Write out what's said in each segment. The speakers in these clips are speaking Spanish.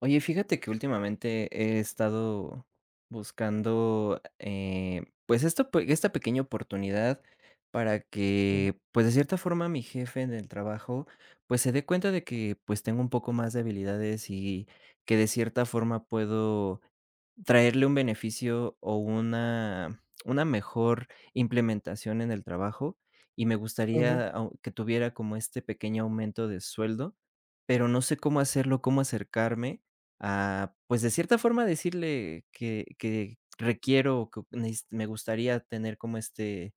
Oye, fíjate que últimamente he estado buscando, pues, esto, pe esta pequeña oportunidad para Ujú, que, pues, de cierta forma, mi jefe en el trabajo, pues, se dé cuenta de que, pues, tengo un poco más de habilidades y que de cierta forma puedo traerle un beneficio o una mejor implementación en el trabajo, y me ujú, gustaría au que tuviera como este pequeño aumento de sueldo, pero no sé cómo hacerlo, cómo acercarme, a, pues, de cierta forma decirle que requiero o que neces me gustaría tener como este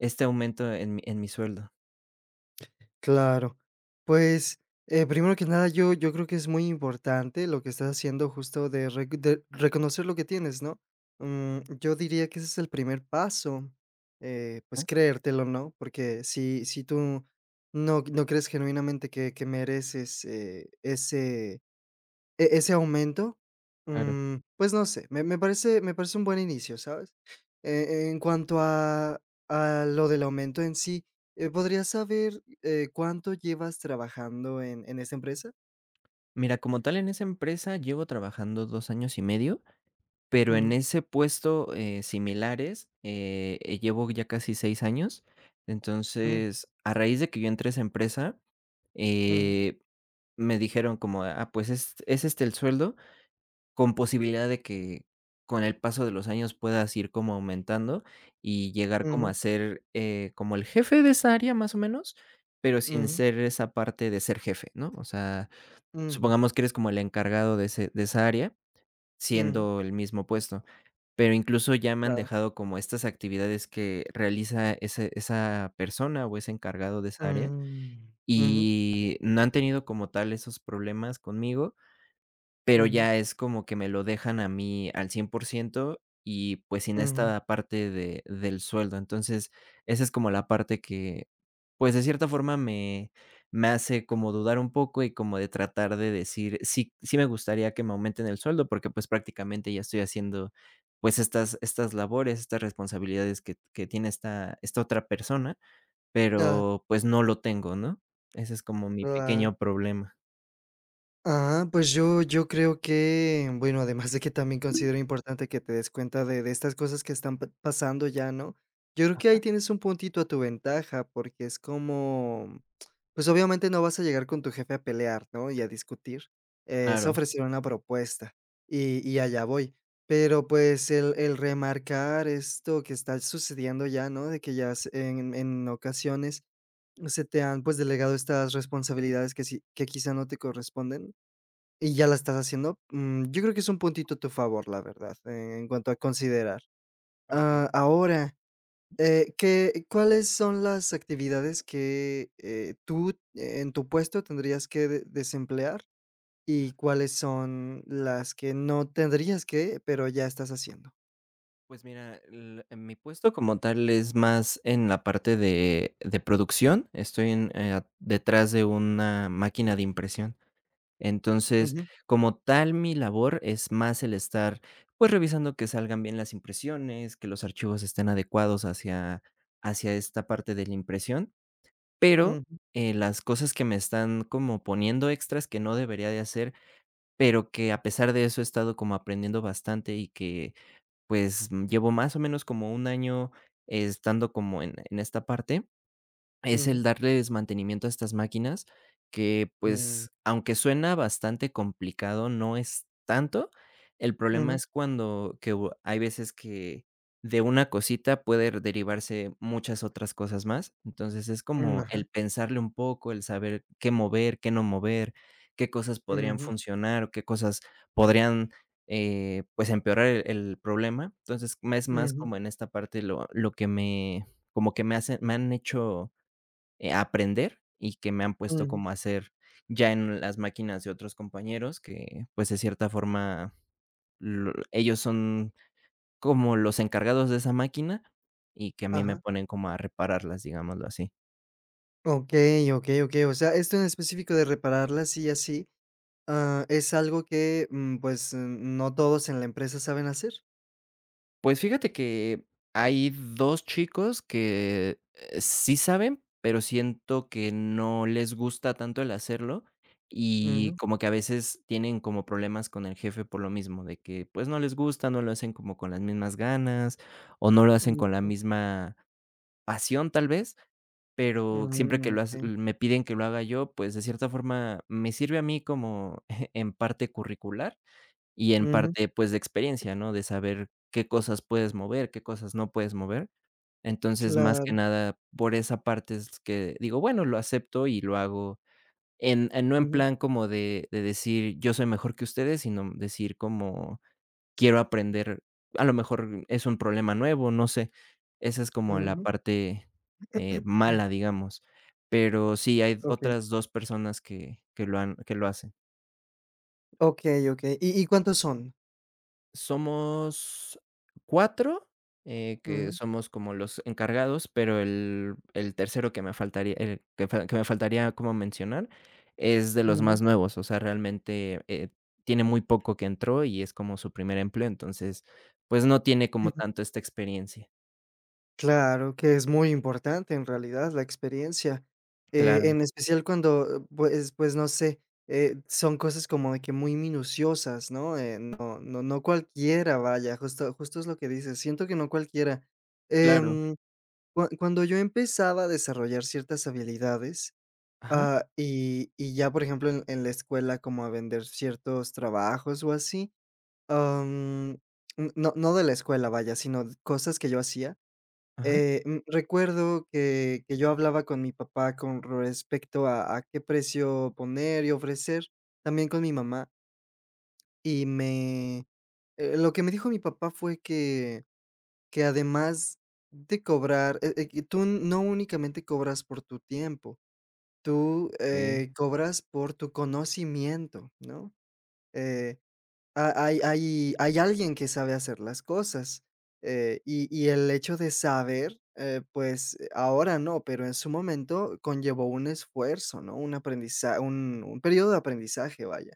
aumento en mi sueldo. claro. Pues, primero que nada, yo creo que es muy importante lo que estás haciendo justo de re de reconocer lo que tienes, ¿no? Mm, yo diría que ese es el primer paso, pues, Ajá. creértelo, ¿no? Porque si tú no crees genuinamente que mereces, ese ese aumento, Claro. mm, pues no sé, me parece un buen inicio, ¿sabes? E en cuanto a lo del aumento en sí, ¿podrías saber, cuánto llevas trabajando en esta empresa? Mira, como tal, en esa empresa llevo trabajando 2 años y medio, pero en Ujú, ese puesto, similares, llevo ya casi 6 años. mm, Entonces, a raíz de que yo entré a esa empresa, ujú, eh, me dijeron como: "Ah, pues es este el sueldo". Con posibilidad de que con el paso de los años puedas ir como aumentando y llegar como a ujú, ser, como el jefe de esa área, más o menos, pero sin ujú, ser esa parte de ser jefe, ¿no? O sea, ujú, supongamos que eres como el encargado de ese de esa área, ujú, siendo el mismo puesto, pero incluso ya me han claro. dejado como estas actividades que realiza ese esa persona o ese encargado de esa área, Mm, ujú, y no han tenido como tal esos problemas conmigo, pero ujú, ya es como que me lo dejan a mí al 100% y, pues, sin ujú. esta parte de del sueldo. Entonces, esa es como la parte que, pues, de cierta forma me hace como dudar un poco y como de tratar de decir, sí me gustaría que me aumenten el sueldo, porque, pues, prácticamente ya estoy haciendo, pues, estas labores, estas responsabilidades que tiene esta otra persona, Ah, pero, pues, no lo tengo, ¿no? Ese es como mi pequeño claro. problema. Ajá, pues yo creo que, bueno, además de que también considero importante que te des cuenta de estas cosas que están pa pasando ya, ¿no? Yo creo que ahí tienes un puntito a tu ventaja, porque es como, pues, obviamente no vas a llegar con tu jefe a pelear, ¿no? Y a discutir. Es Claro. ofrecer una propuesta, y allá voy. Pero, pues, el remarcar esto que está sucediendo ya, ¿no? De que ya s en ocasiones se te han, pues, delegado estas responsabilidades que sí que quizá no te corresponden. Y ya la estás haciendo, mm, yo creo que es un puntito a tu favor, la verdad, en cuanto a considerar. Okey. Ah, ahora, ¿qué cuáles son las actividades que, tú en tu puesto tendrías que de desemplear y cuáles son las que no tendrías que, pero ya estás haciendo? Pues mira, en mi puesto como tal es más en la parte de producción. Estoy en, detrás de una máquina de impresión. Entonces, Ujú, como tal, mi labor es más el estar, pues, revisando que salgan bien las impresiones, que los archivos estén adecuados hacia, hacia esta parte de la impresión. Pero ujú, las cosas que me están como poniendo extras que no debería de hacer, pero que a pesar de eso he estado como aprendiendo bastante y que pues, llevo más o menos como 1 año estando como en esta parte, es el ujú, darles mantenimiento a estas máquinas que, mm, pues, aunque suena bastante complicado, no es tanto. El problema ujú, es cuando que u hay veces que de una cosita puede derivarse muchas otras cosas más. Entonces, es mm, como ajá, el pensarle un poco, el saber qué mover, qué no mover, qué cosas podrían ujú, funcionar o qué cosas podrían, pues, empeorar el problema. Entonces, es más ujú, como en esta parte lo que me como que me hacen me han hecho aprender y que me han puesto ujú, como a hacer ya en las máquinas de otros compañeros que, pues, de cierta forma, lo ellos son como los encargados de esa máquina y que a mí me ajá. ponen como a repararlas, digámoslo así. Okey, okey, okey. O sea, esto en específico de reparar la silla sí. Ah, es algo que, mm, pues, no todos en la empresa saben hacer. Pues fíjate que hay 2 chicos que, sí saben, pero siento que no les gusta tanto el hacerlo, y Ujú, como que a veces tienen como problemas con el jefe por lo mismo, de que, pues, no les gusta, no lo hacen como con las mismas ganas, o no lo hacen mm, con la misma pasión, tal vez, pero siempre que mm, lo hace okey. me piden que lo haga yo, pues, de cierta forma me sirve a mí como en parte curricular, y en Ujú, parte, pues, de experiencia, ¿no? De saber qué cosas puedes mover, qué cosas no puedes mover. Entonces, más que claro. nada, por esa parte es que digo, bueno, lo acepto y lo hago en no en Ujú, plan como de decir: "Yo soy mejor que ustedes", sino decir como: "Quiero aprender". A lo mejor es un problema nuevo, no sé. Esa es como la ujú. parte, mala, digamos. Pero sí, hay Okey. otras 2 personas que lo hacen. Okey, okey. Y cuántos son? Somos 4 que Ujú, somos como los encargados, pero el tercero que me faltaría el que fa que me faltaría como mencionar, es de los más ujú, nuevos, o sea, realmente, tiene muy poco que entró y es como su primer empleo, entonces, pues, no tiene como ujú. tanto esta experiencia. Claro, que es muy importante, en realidad, la experiencia, Claro, en especial cuando, pues, no sé, son cosas como de que muy minuciosas, ¿no? No cualquiera, vaya, justo es lo que dices, siento que no cualquiera. claro. Em cuando yo empezaba a desarrollar ciertas habilidades, Ajá, ah, y ya, por ejemplo, en la escuela, como a vender ciertos trabajos o así, am, n no de la escuela, vaya, sino de cosas que yo hacía, ajá. Mm, recuerdo que yo hablaba con mi papá con respecto a qué precio poner y ofrecer, también con mi mamá, y me lo que me dijo mi papá fue que además de cobrar, que tú no únicamente cobras por tu tiempo, tú, Okey. Cobras por tu conocimiento, ¿no? Eh, ha hay hay hay alguien que sabe hacer las cosas, y el hecho de saber, ahora no, pero en su momento conllevó un esfuerzo, ¿no? Un aprendizaje, un periodo de aprendizaje, vaya.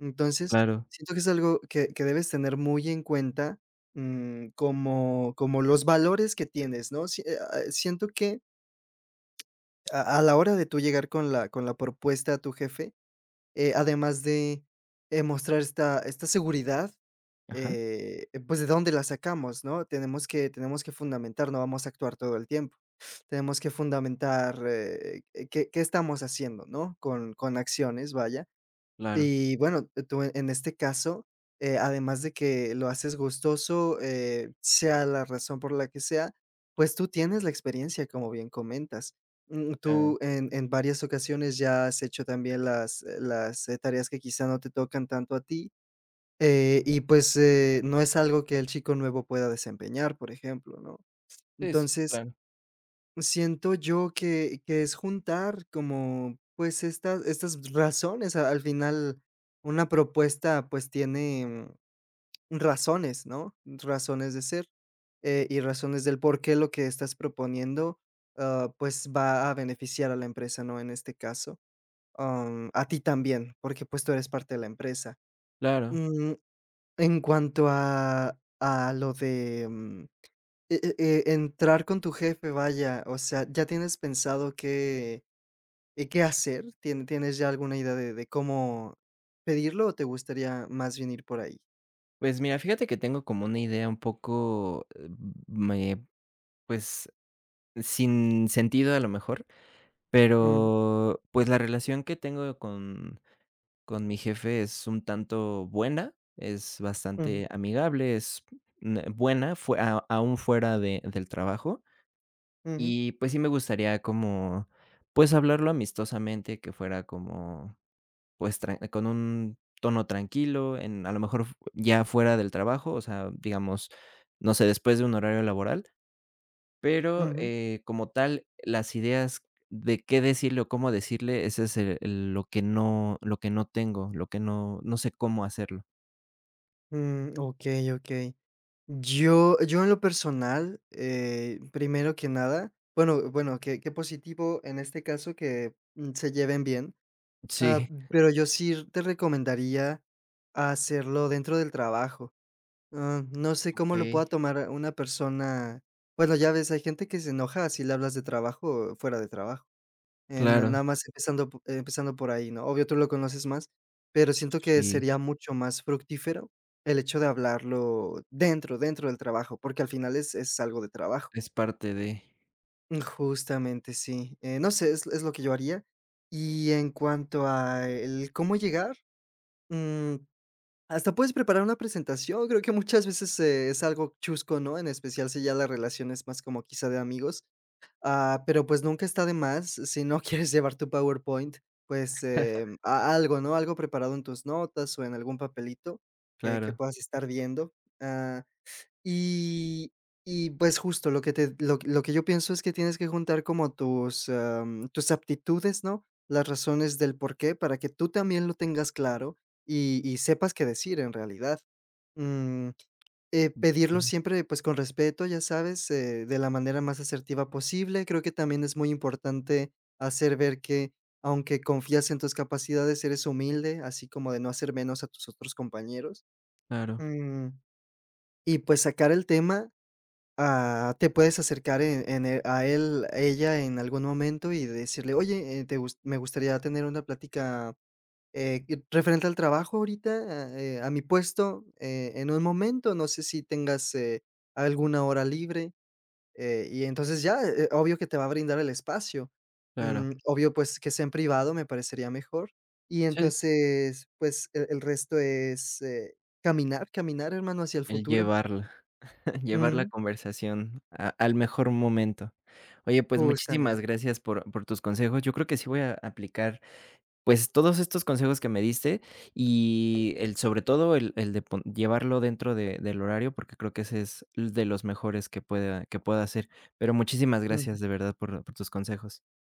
Entonces, Claro. siento que es algo que debes tener muy en cuenta, mm, como como los valores que tienes, ¿no? Si siento que a la hora de tú llegar con la propuesta a tu jefe, además de, mostrar esta seguridad, Ajá. Pues, ¿de dónde la sacamos, no? Tenemos que fundamentar, no vamos a actuar todo el tiempo. Tenemos que fundamentar, qué estamos haciendo, ¿no? Con acciones, vaya. Claro. Y bueno, tú en este caso, además de que lo haces gustoso, sea la razón por la que sea, pues tú tienes la experiencia, como bien comentas. Mm, Claro. tú en varias ocasiones ya has hecho también las, tareas que quizá no te tocan tanto a ti, y pues, no es algo que el chico nuevo pueda desempeñar, por ejemplo, ¿no? Es Entonces, claro, siento yo que es juntar como, pues, estas razones. A al final una propuesta, pues, tiene mm, razones, ¿no? Razones de ser, y razones del por qué lo que estás proponiendo, ah, pues, va a beneficiar a la empresa, ¿no? En este caso, a ti también, porque, pues, tú eres parte de la empresa. claro. Mm, en cuanto a lo de, entrar con tu jefe, vaya, o sea, ¿ya tienes pensado qué, qué hacer? ¿Tienes ya alguna idea de cómo pedirlo o te gustaría más bien ir por ahí? Pues, mira, fíjate que tengo como una idea un poco, me pues sin sentido a lo mejor, Ujú, pero, pues, la relación que tengo con mi jefe es un tanto buena, es ujú, bastante amigable, es, buena, fue a aún fuera de del trabajo. ujú, Y, pues, sí me gustaría como, pues, hablarlo amistosamente, que fuera como, pues, tran con un tono tranquilo, en a lo mejor, ya fuera del trabajo, o sea, digamos, no sé, después de un horario laboral. Pero, ujú. Como tal, las ideas de qué decirle o cómo decirle, ese es el lo que no tengo, lo que no sé cómo hacerlo. Mm, okey, okey. Yo en lo personal, primero que nada, bueno, qué positivo en este caso que, mm, se lleven bien, ah, Sí, pero yo sí te recomendaría hacerlo dentro del trabajo. Ah, no sé cómo lo okey, pueda tomar una persona. Bueno, ya ves, hay gente que se enoja si le hablas de trabajo, o fuera de trabajo. En claro. nada más empezando po empezando por ahí, ¿no? Obvio, tú lo conoces más, pero siento que Sí, sería mucho más fructífero el hecho de hablarlo dentro del trabajo, porque al final es algo de trabajo. es parte de Mm, justamente, sí, no sé, es lo que yo haría. Y en cuanto a el cómo llegar, mm hasta puedes preparar una presentación, creo que muchas veces, es algo chusco, ¿no? En especial si ya la relación es más como quizá de amigos, ah, pero, pues, nunca está de más, si no quieres llevar tu PowerPoint, pues, a algo, ¿no? Algo preparado en tus notas o en algún papelito que claro, puedas estar viendo, ah y y, pues, justo lo que yo pienso es que tienes que juntar como tus, tus aptitudes, ¿no? Las razones del porqué, para que tú también lo tengas claro y sepas qué decir en realidad. Mm, pedirlo mm, siempre, pues, con respeto, ya sabes, de la manera más asertiva posible. Creo que también es muy importante hacer ver que, aunque confías en tus capacidades, eres humilde, así como de no hacer menos a tus otros compañeros. claro, Mm, y, pues, sacar el tema. Ah, te puedes acercar en e a él, a ella en algún momento y decirle: "Oye, te gus me gustaría tener una plática, que referente al trabajo ahorita, a mi puesto, en un momento, no sé si tengas, alguna hora libre", y entonces ya, obvio que te va a brindar el espacio, claro. mm, obvio, pues, que sea en privado, me parecería mejor, y Sí, entonces, pues, el resto es, caminar, caminar, hermano, hacia el el futuro. llevarla, llevar la Ujú, conversación a al mejor momento. Oye, pues, muchísimas justamente, gracias por tus consejos. Yo creo que sí voy a aplicar pues, todos estos consejos que me diste y el sobre todo el de pon llevarlo dentro de del horario, porque creo que ese es de los mejores que pueda hacer. Pero muchísimas gracias de verdad por tus consejos.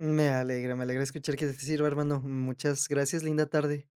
me alegra, escuchar que te sirva, hermano. Muchas gracias, linda tarde.